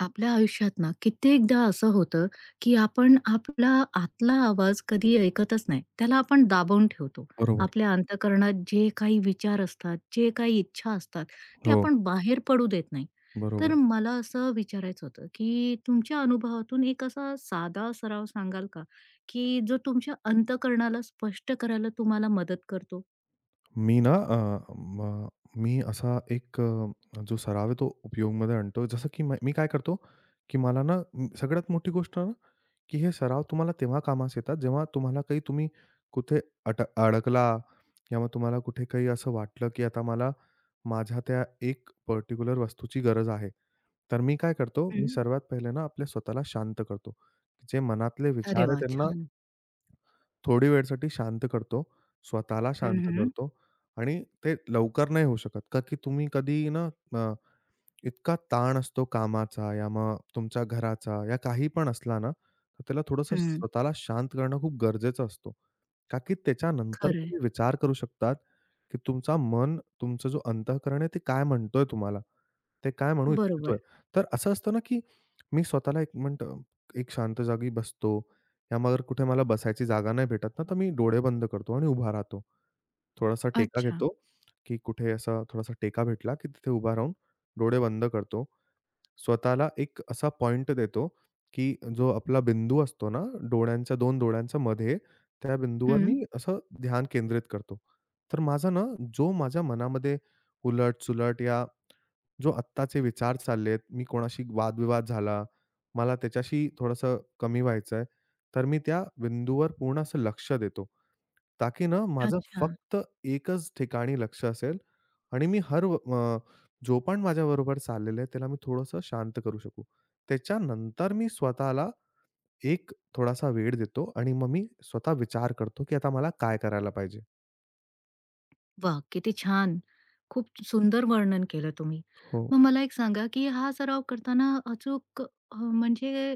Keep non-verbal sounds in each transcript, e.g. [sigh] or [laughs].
आपल्या आयुष्यात ना कित्येकदा असं होतं, की आपण आपला आतला आवाज कधी ऐकतच नाही. त्याला आपण दाबून ठेवतो. बरोबर. आपल्या अंतःकरणात जे काही विचार असतात, जे काही इच्छा असतात, ते हो, आपण बाहेर पडू देत नाही. तर बरोबर. मला असं विचारायचं होतं, की तुमच्या अनुभवातून एक असा साधा सराव सांगाल का, की जो तुमच्या अंतःकरणाला स्पष्ट करायला तुम्हाला मदत करतो? मी ना अ, म मी असा एक जो सराव आहे तो उपयोगमध्ये आणतो. जसं की मी काय करतो, की सगळ्यात मोठी गोष्ट ना, की हे सराव तुम्हाला तेव्हा कामास येतात, जेव्हा तुम्हाला काही तुम्ही कुठे अट अडकला किंवा तुम्हाला कुठे काही असं वाटलं, की आता मला माझ्या त्या एक पर्टिक्युलर वस्तूची गरज आहे. तर मी काय करतो, मी हं. सर्वात पहिले ना आपल्या स्वतःला शांत करतो. जे मनातले अरे विचार आहे वाह! त्यांना छान. थोडी वेळसाठी शांत करतो, स्वतःला हं, शांत हं. करतो आणि ते लवकर नाही होऊ शकत. का की तुम्ही कधी ना अ, इतका ताण असतो कामाचा या मग तुमच्या घराचा या काही पण असला ना, तर त्याला थोडंसं हं. स्वतःला शांत करणं खूप गरजेचं असतो. का की त्याच्यानंतर खरंय. तुम्ही विचार करू शकतात, की तुमचा मन, तुमचं जो अंतःकरण आहे, ते काय म्हणतोय तुम्हाला? ते काय म्हणू बरोबर. इच्छितोय? तर असं असतं ना, की मी स्वतःला एक मिनिटं एक शांत जागी बसतो या मग कुठे मला बसायची जागा नाही भेटत ना, तर मी डोळे बंद करतो आणि उभा राहतो. थोडासा टेका अच्छा. घेतो, की कुठे असा थोडासा टेका भेटला, की तिथे उभा राहून डोळे बंद करतो स्वतःला एक असा पॉइंट देतो, की जो आपला बिंदू असतो ना, दोन डोळ्यांच्या मध्ये, त्या बिंदूवर हं. मी असं ध्यान केंद्रित करतो. तर माझा ना, जो माझ्या मनामध्ये उलट-सुलट या जो आत्ताचे विचार चाललेत, मी कोणाशी वादविवाद झाला, मला त्याच्याशी थोडंसं कमी व्हायचंय, तर मी त्या बिंदूवर पूर्ण असं लक्ष देतो. ताकी ना माझं अच्छा. फक्त एकच ठिकाणी लक्ष असेल आणि मी जो पण माझ्याबरोबर चाललेलं आहे, त्याला मी थोडंसं शांत करू शकू. त्याच्यानंतर मी स्वतःला एक थोडासा वेळ देतो आणि मग मी स्वतः विचार करतो, की आता मला काय करायला पाहिजे? वा, किती छान. खूप सुंदर वर्णन केलं तुम्ही. हो, मग मला एक सांगा, की हा सराव करताना अचूक म्हणजे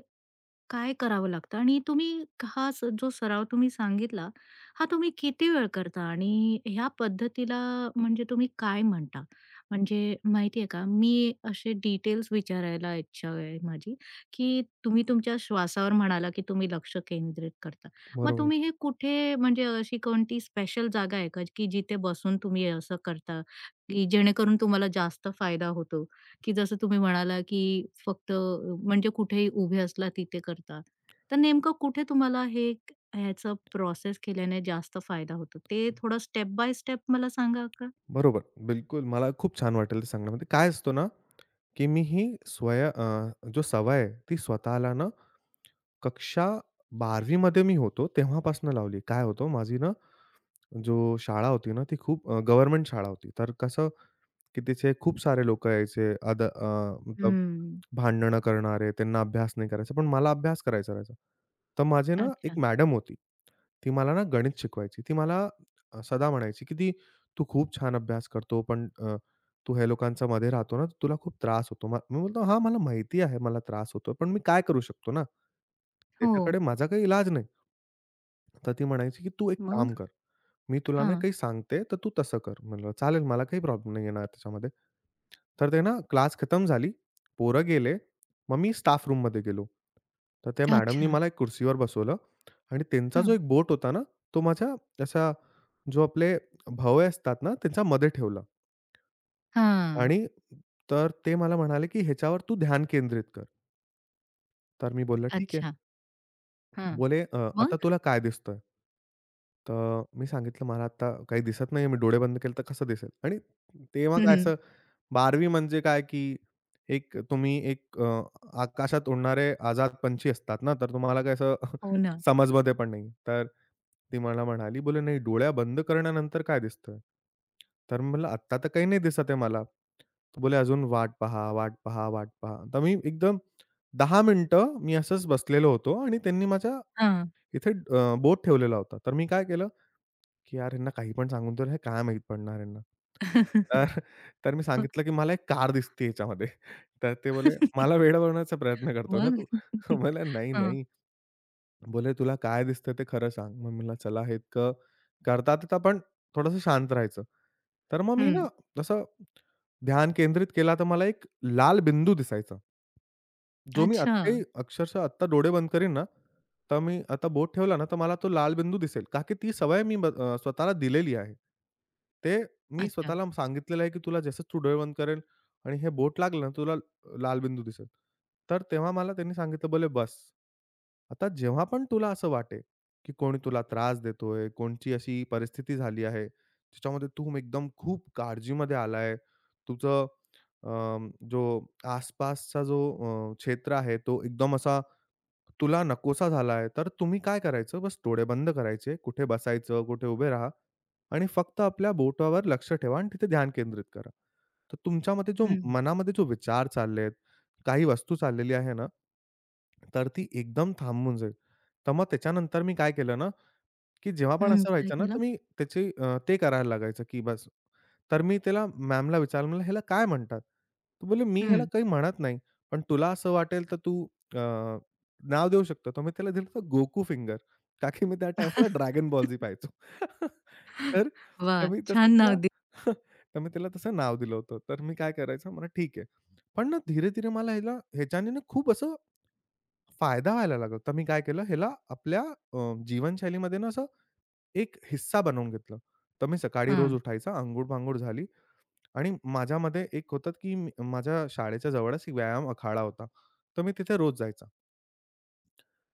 काय करावं लागतं आणि तुम्ही हा जो सराव तुम्ही सांगितला, हा तुम्ही किती वेळ करता आणि ह्या पद्धतीला म्हणजे तुम्ही काय म्हणता? म्हणजे माहिती आहे का, मी असे डिटेल्स विचारायला इच्छा आहे माझी, की तुम्ही तुमच्या श्वासावर म्हणाला, की तुम्ही लक्ष केंद्रित करता. मग बरोबर. तुम्ही हे कुठे म्हणजे अशी कोणती स्पेशल जागा आहे का, की जिथे बसून तुम्ही असं करता, की जेणेकरून तुम्हाला जास्त फायदा होतो? की जसं तुम्ही म्हणाला, की फक्त म्हणजे कुठेही उभे असला तिथे करता. तर नेमकं कुठे तुम्हाला हे ह्याचं प्रोसेस केल्याने जास्त फायदा होतो? ते थोडं स्टेप बाय स्टेप मला सांगा का? बरोबर. बिलकुल, मला खूप छान वाटेल ते सांगण्यामध्ये. काय असतो ना, की मी ही स्वय अ, जो सवय आहे, ती स्वतःला ना कक्षा 12वी मध्ये मी होतो, तेव्हापासून लावली. काय होतं माझी ना जो शाळा होती ना, ती खूप गव्हर्नमेंट शाळा होती. तर कसं, की तिथे खूप सारे लोकं यायचे. मतलब हम्म. भांडणं करणारे, त्यांना अभ्यास नाही करायचा. पण मला अभ्यास करायचा राहायचा. तर माझे ना अच्छा. एक मॅडम होती. ती मला ना गणित शिकवायची. ती मला सदा म्हणायची, की " तू खूप छान अभ्यास करतो, पण तू ह्या लोकांच्या मध्ये राहतो ना, तुला खूप त्रास होतो." मी बोलतो, "हां, मला माहिती आहे मला त्रास होतो, पण मी काय करू शकतो ना? हो. त्याच्याकडे माझा काही इलाज नाही." तर ती म्हणायची, की "तू एक मग? काम कर. मी तुला ना हां. काही सांगते, तर तू तसं कर." म्हणलं, "चालेल, मला काही प्रॉब्लेम नाही येणार त्याच्यामध्ये." तर ते ना क्लास खतम झाली. पोरं गेले. मग मी स्टाफ रूममध्ये गेलो. तर त्या मॅडमनी अच्छा. मला एक कुर्सीवर बसवलं आणि त्यांचा जो हां. एक बोट होता ना, तो माझ्या असा जो आपले भवे असतात ना, त्यांच्या मध्ये ठेवला हां. आणि ते मला म्हणाले, की "ह्याच्यावर तू ध्यान केंद्रित कर." तर मी बोललं, "ठीक आहे." अच्छा. हां. बोले, " आता मग? तुला काय दिसतंय?" तर मी सांगितलं, "मला आता काही दिसत नाहीये. मी डोळे बंद केले तर कसं दिसेल?" आणि तेव्हा काय हं. असं बारवी म्हणजे काय, की तुम्ही एक आकाशात उडणारे आझाद पंछी असतात ना, तर तुम्हाला काही असं [laughs] हो ना. समजमध्ये पण नाही. तर ती मला म्हणाली, बोलली, "नाही, डोळ्या बंद करण्यानंतर काय दिसतं?" तर मी म्हटलं, "आत्ता तर काही नाही दिसत आहे मला." तर बोलले, "अजून वाट पहा, वाट पहा, वाट पहा." तर मी एकदम 10 मिनिटं मी असंच बसलेलो होतो आणि त्यांनी माझ्या हां. इथे बोट ठेवलेला होता. तर मी काय केलं की यार ह्यांना काही पण सांगून तर हे काय माहीत पडणार ह्यांना. तर तर मी सांगितलं, की [laughs] मला एक कार दिसते ह्याच्यामध्ये. तर ते बोलले, "मला वेडवण्याचा प्रयत्न करतो ना तू?" मग? [laughs] म्हणलं, "नाही, हां. नाही." बोलले, "तुला काय दिसतं ते खरं सांग." मग म्हणलं, "चला हे इतकं करतात तर पण थोडंसं शांत राहायचं." तर मग मी ना हं. जसं ध्यान केंद्रित केला तर मला एक लाल बिंदू दिसायचा. जो मी अच्छा. आत्ताही अक्षरशः आत्ता डोळे बंद करीन ना, तर मी आता बोट ठेवला ना, तर मला तो लाल बिंदू दिसेल. का की ती सवय मी स्वतःला दिलेली आहे. ते मी अच्छा. स्वतःला सांगितलेलं आहे, की तुला जसंच तू डोळे बंद करेल आणि हे बोट लागलं ना, तुला लाल बिंदू दिसेल. तर तेव्हा मला त्यांनी सांगितलं, "बोले बस." आता जेव्हा पण तुला असं वाटेल, की कोणी तुला त्रास देतोय, कोणची अशी परिस्थिती झाली आहे, ज्याच्यामध्ये तू एकदम खूप काळजीमध्ये आलाय, तुझं जो आसपासचा जो क्षेत्र आहे तो एकदम असा तुला नकोसा झाला आहे, तर तुम्ही काय करायचं बस डोळे बंद करायचे, कुठे बसायचं, कुठे उभे राहा आणि फक्त आपल्या बोटावर लक्ष ठेवा आणि तिथे ध्यान केंद्रित करा. तर तुमच्यामध्ये जो हं. मनामध्ये जो विचार चालले आहेत, काही वस्तू चाललेली आहे ना, तर ती एकदम थांबून जाईल. तर मग त्याच्यानंतर मी काय केलं ना की जेव्हा पण हं. असं काय व्हायचं ना, केलं? तर मी ते करायला लागायचं की बस. तर मी त्याला मॅमला विचारलं, म्हणलं, "ह्याला काय म्हणतात?" तर बोलले, "मी ह्याला हं. काही म्हणत नाही, पण तुला असं वाटेल तर तू अ, नाव देऊ शकतो." तर मी त्याला दिलं होतं गोकू फिंगर. का की मी त्या टाईमला ड्रॅगन बॉल झी पाहायचो. [laughs] तर तर वाह! मी तसं छान नाव त्याला दिलं. [laughs] तर मी त्याला तसं नाव दिलं होतं. तर मी काय करायचं म्हणलं, "ठीक आहे." पण ना धीरे-धीरे मला ह्याच्याने ना खूप असं फायदा व्हायला लागला. तर मी काय केलं, ह्याला आपल्या जीवनशैलीमध्ये ना असं एक हिस्सा बनवून घेतलं. तर मी सकाळी रोज हां. उठायचा, अंघोळ-पांघोळ झाली आणि माझ्यामध्ये एक होतं, की मी माझ्या शाळेच्या जवळच एक व्यायाम अखाडा होता. तर मी तिथे रोज जायचा.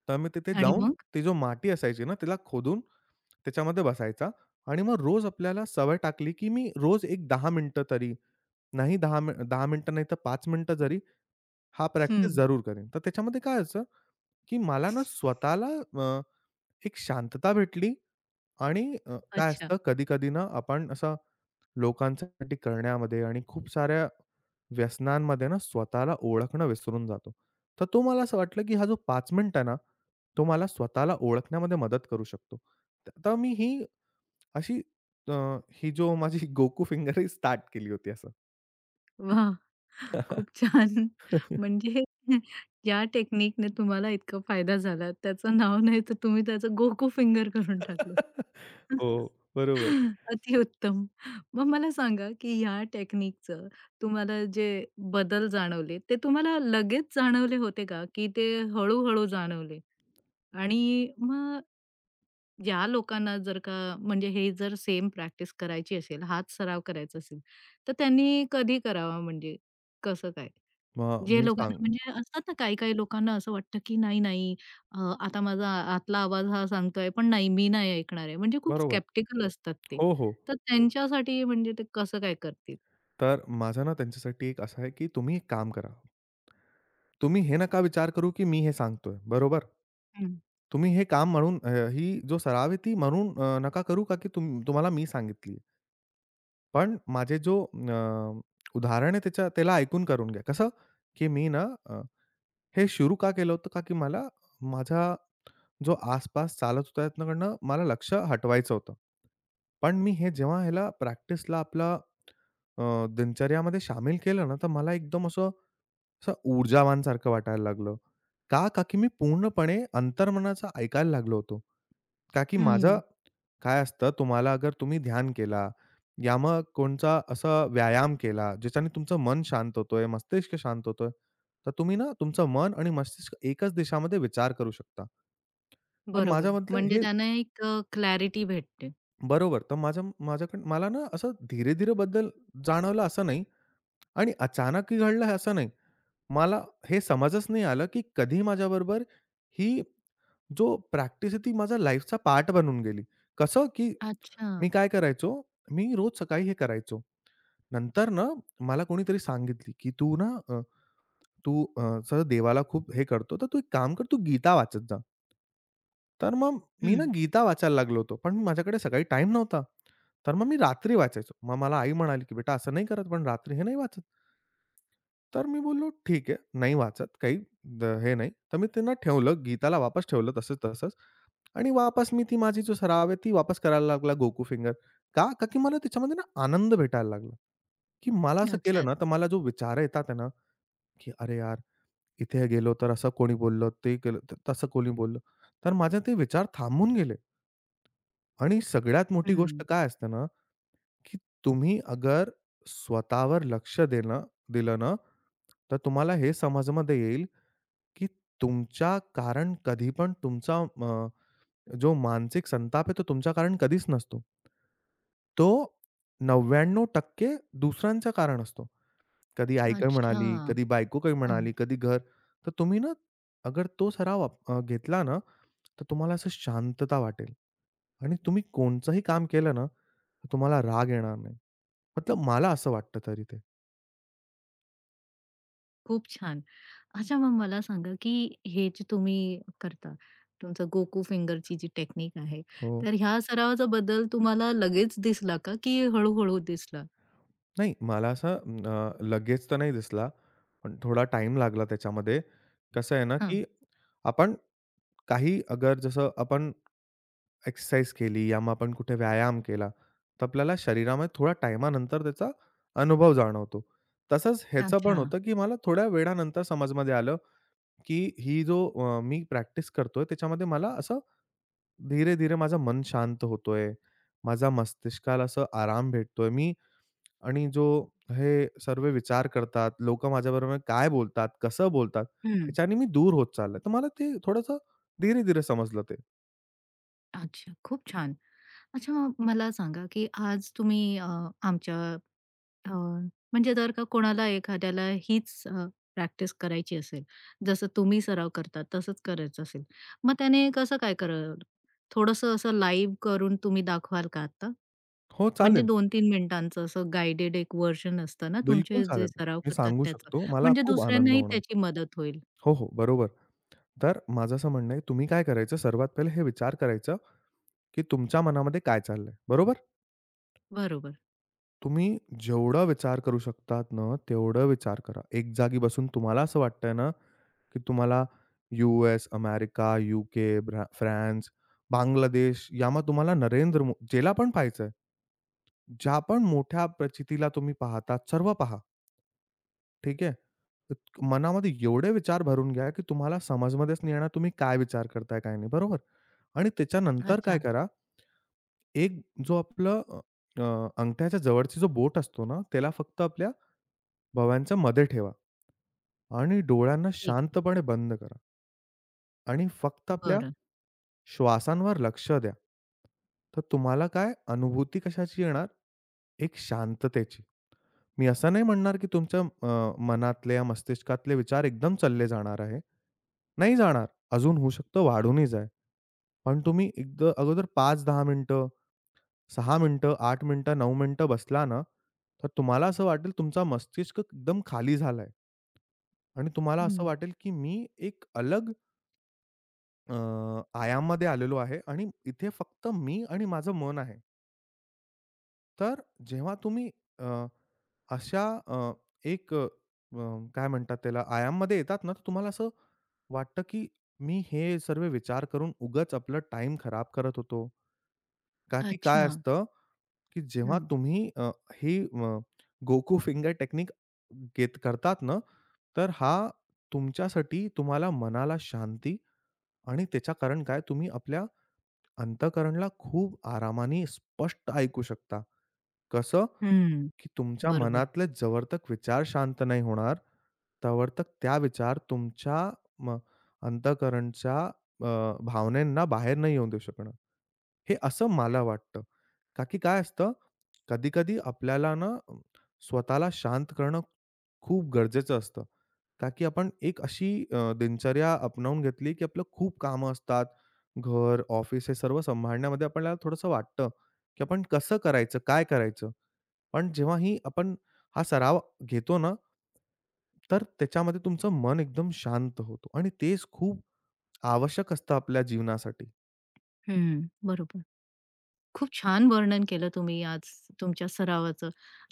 तर मी तिथे आणि जाऊन मग? ती जो माती असायची ना, तिला खोदून त्याच्यामध्ये बसायचा आणि मग रोज आपल्याला सवय टाकली, की मी रोज एक 10 मिनिटं तरी, नाही, 10 मिनिटं नाही तर 5 मिनिटं जरी हा हं. प्रॅक्टिस जरूर करेन. तर त्याच्यामध्ये काय व्हायचं, की मला ना स्वतःला अ, एक शांतता भेटली आणि काय अच्छा. असतं कधी-कधी ना आपण असं लोकांसाठी करण्यामध्ये आणि खूप साऱ्या व्यसनांमध्ये ना स्वतःला ओळखणं विसरून जातो. तर तो मला असं वाटलं, की हा जो 5 मिनिट आहे ना, तो मला स्वतःला ओळखण्यामध्ये मदत करू शकतो. तर मी ही अशी अ, ही जो माझी [laughs] गोकू फिंगर ही स्टार्ट केली होती असं. वाह! खूप [laughs] छान. म्हणजे या टेक्निकने तुम्हाला इतका फायदा झाला. त्याचं नाव नाही तर तुम्ही त्याचं गोकू फिंगर करून टाकलं. हो, बरोबर. अतिउत्तम. मग मला सांगा, की या टेक्निकचं तुम्हाला जे बदल जाणवले, ते तुम्हाला लगेच जाणवले होते का? की ते हळू-हळू जाणवले? आणि मग ज्या लोकांना जर का म्हणजे हे जर सेम प्रॅक्टिस करायची असेल, हाच सराव करायचा असेल, तर त्यांनी कधी करावा म्हणजे कसं काय? मग जे मी सांग लोकांना म्हणजे असतात ना काही-काही लोकांना असं वाटतं, की नाही, अ, आता माझा आतला आवाज हा सांगतोय, पण नाही मी नाही ऐकणार आहे. म्हणजे खूप बरोबर. स्केप्टिकल असतात ते. हो, हो. तर त्यांच्यासाठी म्हणजे ते कसं काय करतील? तर माझा ना त्यांच्यासाठी एक असा आहे, की तुम्ही एक काम करा. तुम्ही हे नका विचार करू, की मी हे सांगतोय, बरोबर? हं, तुम्ही हे काम म्हणून ही जो सराव आहे ती म्हणून नका करू का की तुम्हाला मी सांगितली. पण माझे जो उदाहरण आहे त्याच्या त्याला ऐकून करून घ्या. कसं? की मी ना अ, हे सुरू का केलं होतं का की मला माझा जो आसपास चालत होता त्यातनं मला लक्ष हटवायचं होतं. पण मी हे जेव्हा ह्याला प्रॅक्टिसला आपला अ, दिनचर्यामध्ये शामील केलं ना, तर मला एकदम असं असं ऊर्जावान सारखं वाटायला लागलं. का? का की मी पूर्णपणे अंतर्मनाचं ऐकायला लागलो होतो. का की माझं हं. काय असतं, तुम्हाला अगर तुम्ही ध्यान केला, या मग कोणचा असा व्यायाम केला, ज्याच्याने तुमचं मन शांत होतोय, मस्तिष्क शांत होतोय, तर तुम्ही ना तुमचं मन आणि मस्तिष्क एकच दिशामध्ये विचार करू शकता. तर बरोबर. माझ्यामधलं म्हणजे हे त्यांना एक क्लॅरिटी भेटते. बरोबर. तर माझ्याकडून मला ना असं धीरे-धीरे बद्दल जाणवलं असं नाही आणि अचानक ही घडलं हे असं नाही. मला हे समजच नाही आलं, की कधी माझ्याबरोबर ही जो प्रॅक्टिस आहे ती माझा लाईफचा पार्ट बनून गेली. कसं, की अच्छा. मी काय करायचो, मी रोज सकाळी हे करायचो. नंतर ना मला कोणीतरी सांगितली, की "तू असं देवाला खूप हे करतो, तर तू एक काम कर, तू गीता वाचत जा." तर मग मी ना हं. गीता वाचायला लागलो होतो. पण माझ्याकडे सकाळी टाईम नव्हता. तर मग मी रात्री वाचायचो. मग मला आई म्हणाली, की "बेटा असं नाही करत, पण रात्री हे नाही वाचत." तर मी बोललो, "ठीक आहे, नाही वाचत काही हे नाही." तर मी त्यांना ठेवलं, गीताला वापस ठेवलं तसंच-तसंच आणि वापस मी ती माझी जो सराव आहे, ती वापस करायला लागला गोकू फिंगर. का? का की मला त्याच्यामध्ये ना आनंद भेटायला लागला, की मला असं अच्छा. केलं ना, तर मला जो विचार येतात आहे ना, की "अरे यार, इथे गेलो तर असं कोणी बोललं, ते केलं तर तसं कोणी बोललं." तर माझे ते विचार थांबून गेले आणि सगळ्यात मोठी गोष्ट हं. काय असते ना की तुम्ही अगर स्वतःवर लक्ष देणं दिलं ना, तर तुम्हाला हे समजमध्ये येईल की तुमच्या कारण कधी पण तुमचा अ, जो मानसिक संताप आहे, तो तुमच्या कारण कधीच नसतो. तो 99% दुसऱ्यांचं कारण असतो. कधी आई काही अच्छा. म्हणाली, कधी बायको काही म्हणाली, कधी घर. तर तुम्ही ना अगर तो सराव घेतला ना, तर तुम्हाला असं शांतता वाटेल आणि तुम्ही कोणचंही काम केलं ना, तर तुम्हाला राग येणार नाही. मतलब मला असं वाटतं तरी ते. खूप छान. अच्छा मग मला सांगा, की हे जे तुम्ही करता, तुमचं गोकू फिंगरची जी टेक्निक आहे, हो. तर ह्या सरावाचा बदल तुम्हाला लगेच दिसला का, की हळू दिसला? नाही मला असं लगेच तर नाही दिसला. पण थोडा टाईम लागला त्याच्यामध्ये. कसं आहे ना, हां. की आपण काही अगर जसं आपण एक्सरसाइज केली या मग आपण कुठे व्यायाम केला, तर आपल्याला शरीरामध्ये थोड्या टाईमानंतर त्याचा अनुभव जाणवतो. तसंच ह्याचं पण अच्छा. होतं, की मला थोड्या वेळानंतर समजमध्ये आलं, की ही जो मी प्रॅक्टिस करतोय त्याच्यामध्ये मला असं धीरे-धीरे माझं मन शांत होतोय. माझ्या मस्तिष्काला असं आराम भेटतोय. आणि जो हे सर्व विचार करतात, लोकं माझ्याबरोबर काय बोलतात, कसं बोलतात, हं. ह्याच्याने मी दूर होत चाललोय. तर मला ते थोडंसं धीरे-धीरे समजलं ते. अच्छा, खूप छान. अच्छा मग मला सांगा, की आज तुम्ही आमच्या अ, म्हणजे जर का कोणाला एखाद्याला हीच प्रॅक्टिस करायची असेल, जसं तुम्ही सराव करता तसंच करायचं असेल, मग त्याने कसं काय कराल? थोडंसं असं लाईव्ह करून तुम्ही दाखवाल का आता? हो, म्हणजे चालेल. 2-3 मिनिटांचं असं गाईडेड एक व्हर्जन असतं ना, बिलकुल तुमचे जे चालेल. सराव मी करतात सांगू त्याचं. शकतो. मला म्हणजे खूप आनंद दुसऱ्यांनाही होणार. त्याची मदत होईल. हो, हो, बरोबर. तर माझं असं म्हणणं आहे, तुम्ही काय करायचं सर्वात पहिले हे विचार करायचं, की तुमच्या मनामध्ये काय चाललंय, बरोबर? बरोबर. तुम्ही जेवढा विचार करू शकतात ना, तेवढं विचार करा. एक जागी बसून तुम्हाला असं वाटतंय ना, की तुम्हाला US, America, UK, France, Bangladesh यामा तुम्हाला नरेंद्र मो ज्याला पण पाहायचंय, ज्या पण मोठ्या प्रचितीला तुम्ही पाहतात, सर्व पहा. ठीक आहे? त मनामध्ये एवढे विचार भरून घ्या, की तुम्हाला समजमध्येच नाही येणार तुम्ही काय विचार करताय, काय नाही. बरोबर? आणि त्याच्यानंतर काय अच्छा. करा, एक जो आपलं अ, अंगठ्याच्या जवळची जो बोट असतो ना, त्याला फक्त आपल्या भव्यांच्या मध्ये ठेवा आणि डोळ्यांना ठीक शांतपणे बंद करा आणि फक्त आहे. आपल्या बरं. श्वासांवर लक्ष द्या. तर तुम्हाला काय अनुभूती कशाची येणार? एक शांततेची. मी असं नाही म्हणणार, की तुमच्या मनातले या मस्तिष्कातले विचार एकदम चालले जाणार आहे. नाही जाणार. अजून होऊ शकतं वाढूनही जाय. पण तुम्ही एकदा अगोदर 5-10 मिनिटं, 6 मिनिटं, 8 मिनिटं, 9 मिनिटं बसला ना, तर तुम्हाला असं वाटेल तुमचा मस्तिष्क एकदम खाली झालाय. आणि तुम्हाला असं हं. वाटेल, की मी एक अलग अ, आयाममध्ये आलेलो आहे आणि इथे फक्त मी आणि माझं मन आहे. तर जेव्हा तुम्ही अ, अशा अ, एक अ, अ, काय म्हणतात त्याला आयाममध्ये येतात ना, तर तुम्हाला असं वाटतं, की मी हे सर्व विचार करून उगाच आपला टाईम खराब करत होतो. का की काय अच्छा. असतं, की जेव्हा हं. तुम्ही ही गोकू फिंगर टेक्निक घेत करतात ना, तर हा तुमच्यासाठी तुम्हाला मनाला शांती आणि त्याच्या कारण काय तुम्ही आपल्या अंतःकरणला खूप आरामाने स्पष्ट ऐकू शकता. कसं? हं. की तुमच्या बरोबर. मनातले जोवरतक विचार शांत नाही होणार, तोवरतक त्या विचार तुमच्या म अंतःकरणच्या भावनांना बाहेर नाही येऊन देऊ शकणार. हे असं मला वाटतं. का की काय असतं कधी-कधी आपल्याला ना स्वतःला शांत करणं खूप गरजेचं असतं. का आपण एक अशी दिनचर्या अपनावून घेतली, की आपलं खूप कामं असतात. घर, ऑफिस हे सर्व सांभाळण्यामध्ये आपल्याला थोडंसं वाटतं, की आपण कसं करायचं, काय करायचं? पण जेव्हा ही आपण हा सराव घेतो ना तर त्याच्यामध्ये तुमचं मन एकदम शांत होतं आणि तेच खूप आवश्यक असतं आपल्या जीवनासाठी. हं. बरोबर. खूप छान वर्णन केलं तुम्ही आज तुमच्या सरावाचं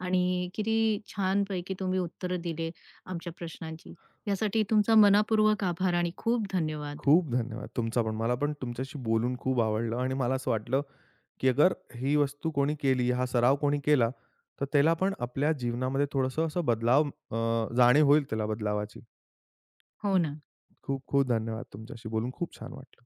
आणि किती छानपैकी तुम्ही उत्तरं दिले आमच्या प्रश्नांची. यासाठी तुमचा मनःपूर्वक आभार आणि खूप धन्यवाद. खूप धन्यवाद तुमचा पण. मला पण तुमच्याशी बोलून खूप आवडलं आणि मला असं वाटलं, की अगर ही वस्तू कोणी केली, हा सराव कोणी केला, तर त्याला पण आपल्या जीवनामध्ये थोडंसं असं बदलाव जाणीव होईल त्याला बदलावाची. हो ना. खूप खूप धन्यवाद. तुमच्याशी बोलून खूप छान वाटलं.